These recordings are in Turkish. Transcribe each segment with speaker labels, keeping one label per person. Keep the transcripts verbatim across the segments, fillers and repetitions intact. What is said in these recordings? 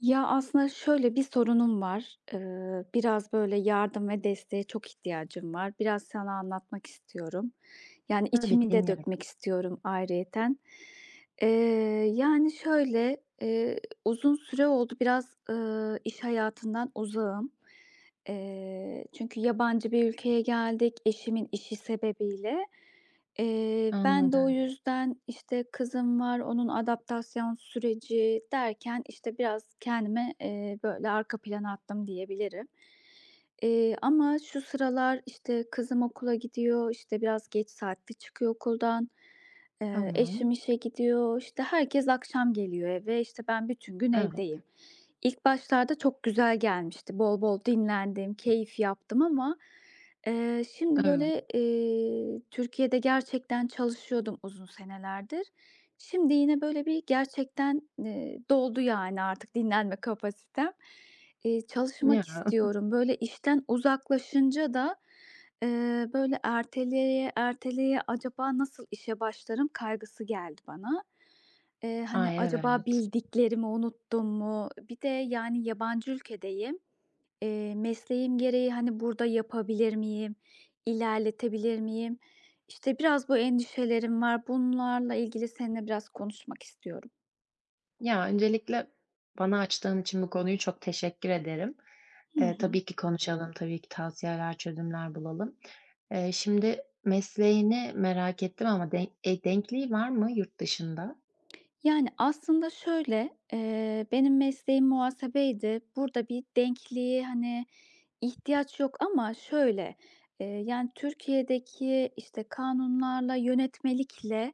Speaker 1: Ya, aslında şöyle bir sorunum var. Eee, biraz böyle yardım ve desteğe çok ihtiyacım var. Biraz sana anlatmak istiyorum. Yani,
Speaker 2: Tabii,
Speaker 1: içimi de
Speaker 2: dinliyorum.
Speaker 1: dökmek istiyorum ayrıyeten. Eee, Yani, şöyle, eee, uzun süre oldu biraz, ııı, iş hayatından uzağım. Eee, çünkü yabancı bir ülkeye geldik eşimin işi sebebiyle. Eee, ben de o
Speaker 2: Anladım.
Speaker 1: yüzden, işte, kızım var, onun adaptasyon süreci derken, işte, biraz kendime eee, böyle, arka plana attım diyebilirim. Eee, ama şu sıralar, işte, kızım okula gidiyor, işte, biraz geç saatte çıkıyor okuldan. Eee, eşim
Speaker 2: Tamam.
Speaker 1: işe gidiyor, işte, herkes akşam geliyor eve, işte, ben bütün gün evdeyim.
Speaker 2: Evet,
Speaker 1: İlk başlarda çok güzel gelmişti. Bol bol dinlendim, keyif yaptım ama Eee, şimdi
Speaker 2: evet.
Speaker 1: böyle, eee, Türkiye'de gerçekten çalışıyordum uzun senelerdir. Şimdi yine böyle bir gerçekten, eee, doldu yani artık dinlenme kapasitem. Eee,
Speaker 2: Ya,
Speaker 1: çalışmak istiyorum. Böyle işten uzaklaşınca da, eee, böyle erteleye erteleye acaba nasıl işe başlarım kaygısı geldi bana. Eee, hani
Speaker 2: ay,
Speaker 1: acaba
Speaker 2: evet.
Speaker 1: bildiklerimi unuttum mu? Bir de yani yabancı ülkedeyim. Eee, mesleğim gereği, hani, burada yapabilir miyim, ilerletebilir miyim? İşte, biraz bu endişelerim var. Bunlarla ilgili seninle biraz konuşmak istiyorum.
Speaker 2: Ya, öncelikle bana açtığın için bu konuyu çok teşekkür ederim.
Speaker 1: Hı
Speaker 2: Eee,
Speaker 1: hı.
Speaker 2: tabii ki konuşalım, tabii ki tavsiyeler, çözümler bulalım. Eee, şimdi mesleğini merak ettim ama denk eee, denkliği var mı yurt dışında?
Speaker 1: Yani, aslında şöyle, eee, benim mesleğim muhasebeydi. Burada bir denkliğe, hani, ihtiyaç yok ama şöyle, eee, yani, Türkiye'deki, işte, kanunlarla, yönetmelikle,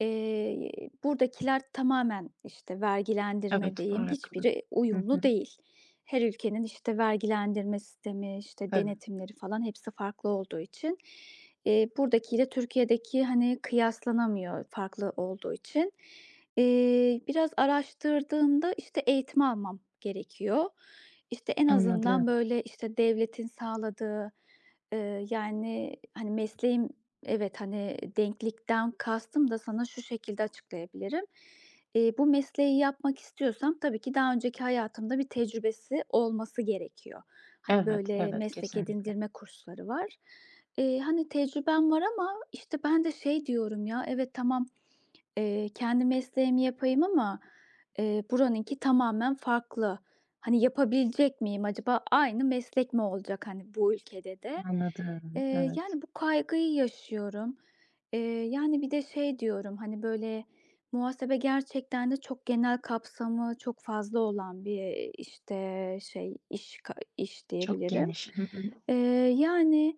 Speaker 1: eee, buradakiler tamamen, işte, vergilendirme
Speaker 2: Evet,
Speaker 1: diyeyim,
Speaker 2: farklı.
Speaker 1: hiçbiri
Speaker 2: Hı
Speaker 1: uyumlu
Speaker 2: hı.
Speaker 1: değil. Her ülkenin, işte, vergilendirme sistemi, işte,
Speaker 2: Tabii.
Speaker 1: denetimleri falan hepsi farklı olduğu için, eee, buradakiyle Türkiye'deki, hani, kıyaslanamıyor farklı olduğu için. Eee, biraz araştırdığımda, işte, eğitim almam gerekiyor. İşte, en azından,
Speaker 2: Anladım.
Speaker 1: böyle, işte, devletin sağladığı, eee, yani, hani, mesleğim. Evet, hani, denklikten kastım da sana şu şekilde açıklayabilirim. Eee, bu mesleği yapmak istiyorsam tabii ki daha önceki hayatımda bir tecrübesi olması gerekiyor. Hani,
Speaker 2: Evet,
Speaker 1: böyle,
Speaker 2: evet,
Speaker 1: meslek
Speaker 2: kesinlikle.
Speaker 1: edindirme kursları var. Eee, hani, tecrübem var ama, işte, ben de şey diyorum ya, evet, tamam. Eee, kendi mesleğimi yapayım ama, eee, buranınki tamamen farklı. Hani, yapabilecek miyim acaba? Aynı meslek mi olacak, hani, bu ülkede de?
Speaker 2: Anladım,
Speaker 1: Eee,
Speaker 2: evet.
Speaker 1: yani, bu kaygıyı yaşıyorum. Eee, yani, bir de şey diyorum, hani, böyle, muhasebe gerçekten de çok genel kapsamı çok fazla olan bir, işte, şey, iş ka iş
Speaker 2: Çok
Speaker 1: diyebilirim.
Speaker 2: geniş. Hı hı.
Speaker 1: Eee, yani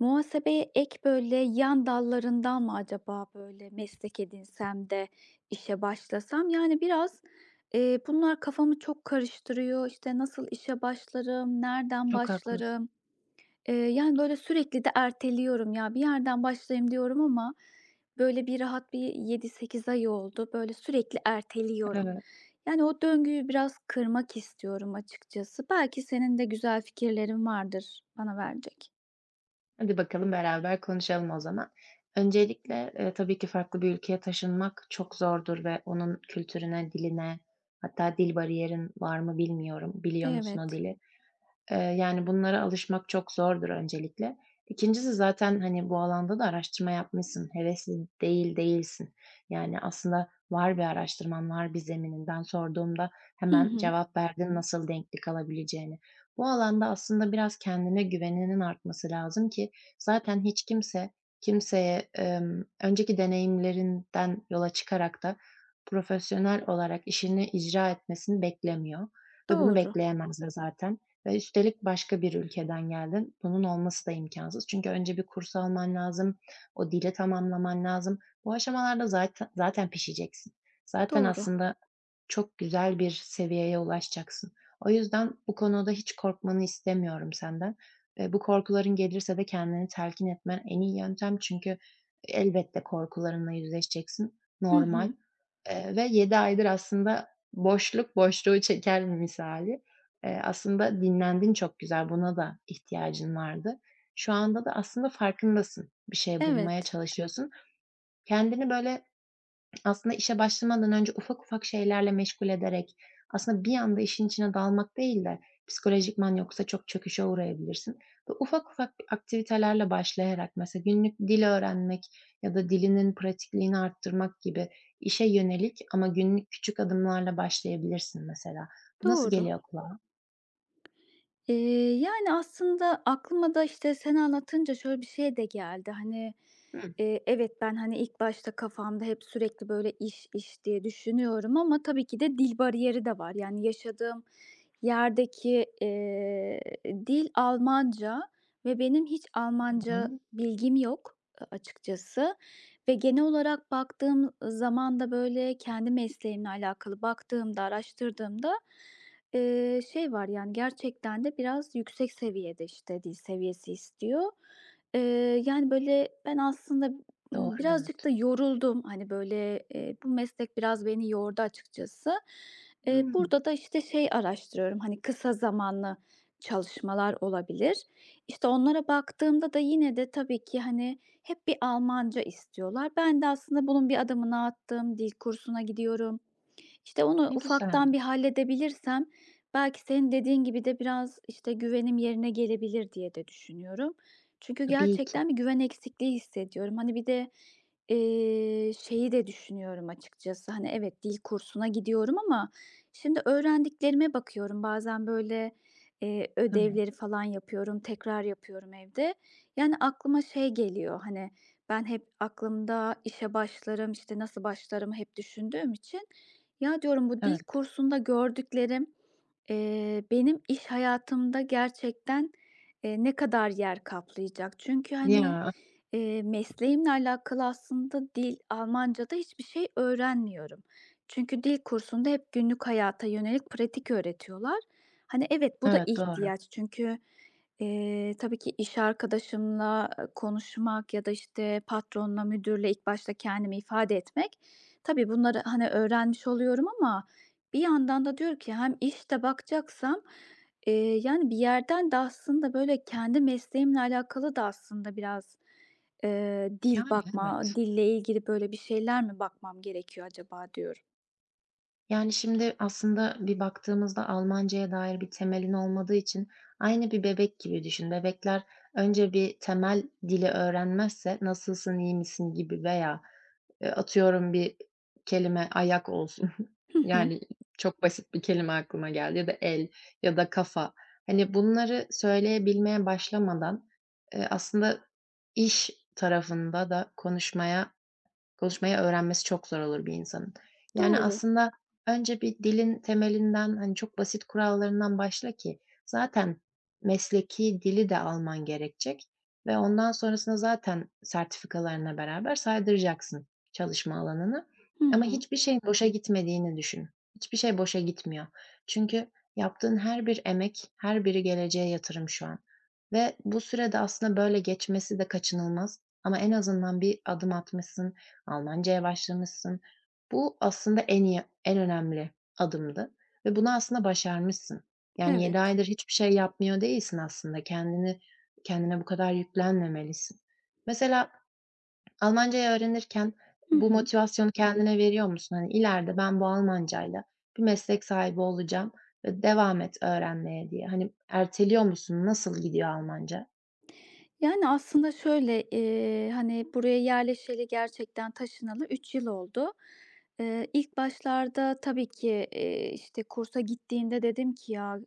Speaker 1: Muhasebeye ek böyle yan dallarından mı acaba böyle meslek edinsem de işe başlasam? Yani biraz, eee, bunlar kafamı çok karıştırıyor. İşte, nasıl işe başlarım, nereden
Speaker 2: Çok haklısın.
Speaker 1: başlarım? Eee, yani, böyle sürekli de erteliyorum ya. Bir yerden başlayayım diyorum ama böyle bir rahat bir yedi sekiz ay oldu. Böyle sürekli erteliyorum.
Speaker 2: Evet.
Speaker 1: Yani, o döngüyü biraz kırmak istiyorum açıkçası. Belki senin de güzel fikirlerin vardır bana verecek.
Speaker 2: Hadi bakalım beraber konuşalım o zaman. Öncelikle, eee, tabii ki farklı bir ülkeye taşınmak çok zordur ve onun kültürüne, diline hatta dil bariyerin var mı bilmiyorum. Biliyor musun o
Speaker 1: Evet.
Speaker 2: dili? Eee, yani, bunlara alışmak çok zordur öncelikle. İkincisi zaten, hani, bu alanda da araştırma yapmışsın, hevesli değil değilsin. Yani, aslında var bir araştırman, var bir zeminin. Ben sorduğumda
Speaker 1: Hı
Speaker 2: hemen
Speaker 1: hı.
Speaker 2: cevap Hı verdin nasıl denklik alabileceğini. Bu alanda aslında biraz kendine güveninin artması lazım ki zaten hiç kimse kimseye, emm, önceki deneyimlerinden yola çıkarak da profesyonel olarak işini icra etmesini beklemiyor ve bunu
Speaker 1: Doğru,
Speaker 2: bekleyemez de zaten. Ve üstelik başka bir ülkeden geldin. Bunun olması da imkansız. Çünkü önce bir kurs alman lazım, o dili tamamlaman lazım. Bu aşamalarda zaten zaten pişeceksin. Zaten
Speaker 1: doğru.
Speaker 2: aslında çok güzel bir seviyeye ulaşacaksın. O yüzden bu konuda hiç korkmanı istemiyorum senden. Eee, bu korkuların gelirse de kendini telkin etmen en iyi yöntem. Çünkü elbette korkularınla yüzleşeceksin,
Speaker 1: Hı
Speaker 2: normal.
Speaker 1: hı.
Speaker 2: Eee, ve yedi aydır aslında boşluk boşluğu çeker misali. Eee, aslında dinlendin çok güzel, buna da ihtiyacın vardı. Şu anda da aslında farkındasın, bir şey bulmaya
Speaker 1: Evet,
Speaker 2: çalışıyorsun. Kendini böyle aslında işe başlamadan önce ufak ufak şeylerle meşgul ederek, aslında bir anda işin içine dalmak değil de psikolojikman yoksa çok çöküşe uğrayabilirsin ve ufak ufak aktivitelerle başlayarak mesela günlük dil öğrenmek ya da dilinin pratikliğini arttırmak gibi işe yönelik ama günlük küçük adımlarla başlayabilirsin mesela. Bu nasıl
Speaker 1: doğru.
Speaker 2: geliyor kulağa?
Speaker 1: Eee, yani, aslında aklıma da, işte, sen anlatınca şöyle bir şey de geldi. Hani,
Speaker 2: Hıı.
Speaker 1: eee, evet, ben, hani, ilk başta kafamda hep sürekli böyle iş, iş diye düşünüyorum ama tabii ki de dil bariyeri de var. Yani, yaşadığım yerdeki, eee, dil Almanca ve benim hiç Almanca
Speaker 2: Tamam.
Speaker 1: bilgim yok, a açıkçası. Ve genel olarak baktığım zaman da, böyle, kendi mesleğimle alakalı baktığımda, araştırdığımda, Eee, şey var, yani, gerçekten de biraz yüksek seviyede, işte, dil seviyesi istiyor. Eee, Yani, böyle, ben aslında, ımm,
Speaker 2: Doğru, evet.
Speaker 1: birazcık da yoruldum. Hani, böyle, eee, bu meslek biraz beni yordu açıkçası. Eee,
Speaker 2: Hımm.
Speaker 1: burada da, işte, şey araştırıyorum, hani, kısa zamanlı çalışmalar olabilir. İşte, onlara baktığımda da yine de tabii ki, hani, hep bir Almanca istiyorlar. Ben de aslında bunun bir adımını attım, dil kursuna gidiyorum. İşte, onu
Speaker 2: Ne güzel.
Speaker 1: ufaktan bir halledebilirsem belki senin dediğin gibi de biraz, işte, güvenim yerine gelebilir diye de düşünüyorum. Çünkü
Speaker 2: Tabii ki.
Speaker 1: gerçekten bir güven eksikliği hissediyorum. Hani, bir de, eee, şeyi de düşünüyorum açıkçası, hani, evet, dil kursuna gidiyorum ama şimdi öğrendiklerime bakıyorum. Bazen, böyle, eee,
Speaker 2: Tamam.
Speaker 1: ödevleri falan yapıyorum, tekrar yapıyorum evde. Yani, aklıma şey geliyor, hani, ben hep aklımda işe başlarım, işte, nasıl başlarımı hep düşündüğüm için ya diyorum bu dil
Speaker 2: Evet.
Speaker 1: kursunda gördüklerim, eee, benim iş hayatımda gerçekten, eee, ne kadar yer kaplayacak? Çünkü, hani,
Speaker 2: Ya,
Speaker 1: eee, mesleğimle alakalı aslında dil, Almanca'da hiçbir şey öğrenmiyorum. Çünkü dil kursunda hep günlük hayata yönelik pratik öğretiyorlar. Hani, evet, bu da
Speaker 2: evet, doğru.
Speaker 1: ihtiyaç çünkü, eee, tabii ki iş arkadaşımla, eee, konuşmak ya da, işte, patronla, müdürle ilk başta kendimi ifade etmek. Tabii bunları, hani, öğrenmiş oluyorum ama bir yandan da diyor ki hem işte bakacaksam, eee, yani, bir yerden de aslında, böyle, kendi mesleğimle alakalı da aslında biraz, eee, dil
Speaker 2: Yani,
Speaker 1: bakma,
Speaker 2: evet.
Speaker 1: dille ilgili, böyle, bir şeyler mi bakmam gerekiyor acaba diyorum.
Speaker 2: Yani, şimdi aslında bir baktığımızda Almancaya dair bir temelin olmadığı için aynı bir bebek gibi düşün. Bebekler önce bir temel dili öğrenmezse "Nasılsın, iyi misin?" gibi veya, eee, atıyorum bir kelime ayak olsun,
Speaker 1: Hı hı.
Speaker 2: yani, çok basit bir kelime aklıma geldi ya da el ya da kafa. Hani, bunları söyleyebilmeye başlamadan, eee, aslında iş tarafında da konuşmaya Konuşmayı öğrenmesi çok zor olur bir insanın. Yani,
Speaker 1: Doğru.
Speaker 2: aslında önce bir dilin temelinden, hani, çok basit kurallarından başla ki zaten mesleki dili de alman gerekecek ve ondan sonrasında zaten sertifikalarına beraber saydıracaksın çalışma alanını.
Speaker 1: Hı
Speaker 2: Ama
Speaker 1: hı.
Speaker 2: hiçbir şeyin boşa gitmediğini düşün. Hiçbir şey boşa gitmiyor. Çünkü yaptığın her bir emek, her biri geleceğe yatırım şu an ve bu sürede aslında böyle geçmesi de kaçınılmaz ama en azından bir adım atmışsın, Almancaya başlamışsın. Bu aslında en iyi, en önemli adımdı ve bunu aslında başarmışsın. Yani yedi
Speaker 1: Evet.
Speaker 2: aydır hiçbir şey yapmıyor değilsin aslında. Kendini kendine bu kadar yüklenmemelisin. Mesela Almancayı öğrenirken
Speaker 1: Hı
Speaker 2: bu
Speaker 1: hı.
Speaker 2: motivasyonu kendine veriyor musun? Hani ileride ben bu Almancayla bir meslek sahibi olacağım ve devam et öğrenmeye diye. Hani erteliyor musun? Nasıl gidiyor Almanca?
Speaker 1: Yani, aslında şöyle, eee, hani, buraya yerleşeli gerçekten taşınalı üç yıl oldu. Eee, ilk başlarda tabii ki, eee, işte, kursa gittiğinde dedim ki "Ya,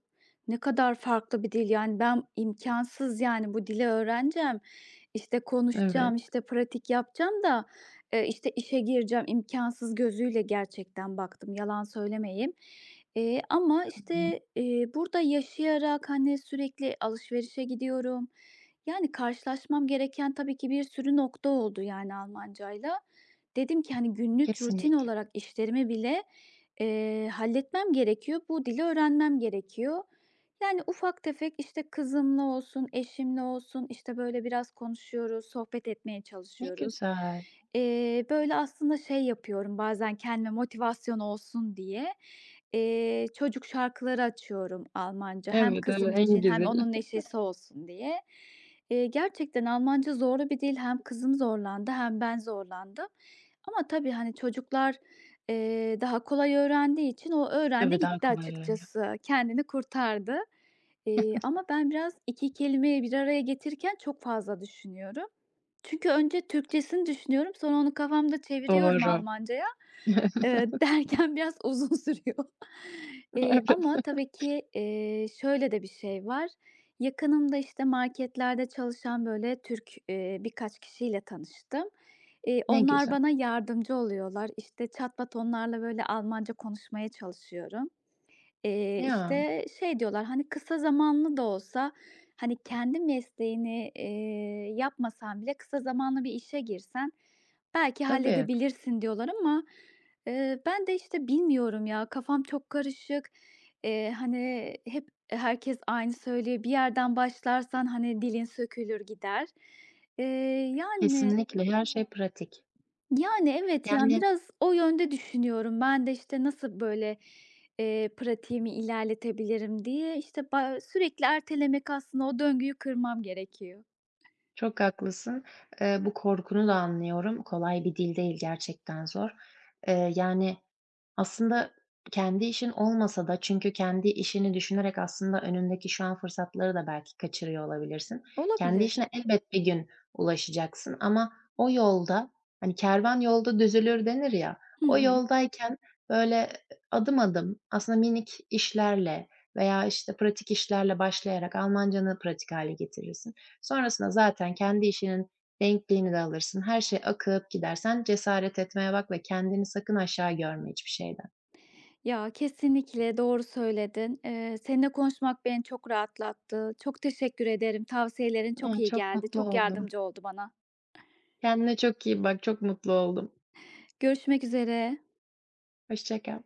Speaker 1: ne kadar farklı bir dil, yani, ben imkansız yani, bu dili öğreneceğim, işte,
Speaker 2: Evet.
Speaker 1: konuşacağım, işte, pratik yapacağım da, eee, işte, işe gireceğim." imkansız gözüyle gerçekten baktım, yalan söylemeyeyim. Eee, ama,
Speaker 2: Hı hı.
Speaker 1: işte, eee, burada yaşayarak, hani, sürekli alışverişe gidiyorum, yani, karşılaşmam gereken tabii ki bir sürü nokta oldu, yani, Almancayla. Dedim ki, hani, günlük rutin
Speaker 2: Kesinlikle.
Speaker 1: olarak işlerimi bile, eee, halletmem gerekiyor. Bu dili öğrenmem gerekiyor. Yani, ufak tefek, işte, kızımla olsun, eşimle olsun, işte, böyle, biraz konuşuyoruz, sohbet etmeye
Speaker 2: Ne
Speaker 1: çalışıyoruz.
Speaker 2: güzel.
Speaker 1: Eee, böyle, aslında şey yapıyorum bazen kendime motivasyon olsun diye, eee, çocuk şarkıları açıyorum Almanca hem
Speaker 2: Evet, evet,
Speaker 1: kızım
Speaker 2: en
Speaker 1: için hem
Speaker 2: güzel.
Speaker 1: onun neşesi olsun diye. Eee, gerçekten Almanca zorlu bir dil. Hem kızım zorlandı hem ben zorlandım. Ama tabii, hani, çocuklar, eee, daha kolay öğrendiği için o öğrendi
Speaker 2: Tabii, daha
Speaker 1: gitti
Speaker 2: kolay öğreniyor.
Speaker 1: açıkçası. Kendini kurtardı. Eee, ama ben biraz iki kelimeyi bir araya getirirken çok fazla düşünüyorum. Çünkü önce Türkçesini düşünüyorum, sonra onu kafamda çeviriyorum
Speaker 2: Doğru.
Speaker 1: Almancaya. Eee, derken biraz uzun sürüyor. Eee,
Speaker 2: Evet,
Speaker 1: ama tabii ki, eee, şöyle de bir şey var. Yakınımda, işte, marketlerde çalışan, böyle, Türk, eee, birkaç kişiyle tanıştım. Eee,
Speaker 2: ne
Speaker 1: onlar
Speaker 2: güzel.
Speaker 1: bana yardımcı oluyorlar. İşte, çatpat onlarla, böyle, Almanca konuşmaya çalışıyorum. Eee,
Speaker 2: Ya,
Speaker 1: işte, şey diyorlar, hani, kısa zamanlı da olsa, hani, kendi mesleğini, eee, yapmasan bile kısa zamanlı bir işe girsen belki
Speaker 2: tabii.
Speaker 1: halledebilirsin diyorlar ama, eee, ben de, işte, bilmiyorum ya, kafam çok karışık. Eee, hani, hep herkes aynı söylüyor. Bir yerden başlarsan, hani, dilin sökülür gider. Eee, yani
Speaker 2: Kesinlikle her şey pratik.
Speaker 1: Yani, evet, yani,
Speaker 2: Yani,
Speaker 1: biraz o yönde düşünüyorum. Ben de, işte, nasıl, böyle, eee, pratiğimi ilerletebilirim diye, işte, ba sürekli ertelemek aslında o döngüyü kırmam gerekiyor.
Speaker 2: çok haklısın. Eee, bu korkunu da anlıyorum. Kolay bir dil değil, gerçekten zor. Eee, yani, aslında kendi işin olmasa da çünkü kendi işini düşünerek aslında önündeki şu an fırsatları da belki kaçırıyor olabilirsin. Kendi
Speaker 1: Olabilir.
Speaker 2: işine elbet bir gün ulaşacaksın ama o yolda, hani, "Kervan yolda düzülür." denir ya,
Speaker 1: Hı
Speaker 2: o
Speaker 1: hı.
Speaker 2: yoldayken, böyle, adım adım aslında minik işlerle veya, işte, pratik işlerle başlayarak Almancanı pratik hale getirirsin. Sonrasında zaten kendi işinin denkliğini de alırsın. Her şey akıp gidersen cesaret etmeye bak ve kendini sakın aşağı görme hiçbir şeyden.
Speaker 1: Ya, kesinlikle doğru söyledin. Eee, seninle konuşmak beni çok rahatlattı. Çok teşekkür ederim. Tavsiyelerin çok
Speaker 2: Iıı,
Speaker 1: iyi
Speaker 2: çok
Speaker 1: geldi.
Speaker 2: mutlu
Speaker 1: Çok
Speaker 2: oldum.
Speaker 1: yardımcı oldu bana.
Speaker 2: Kendine çok iyi bak. Çok mutlu oldum.
Speaker 1: Görüşmek üzere.
Speaker 2: Hoşça kal.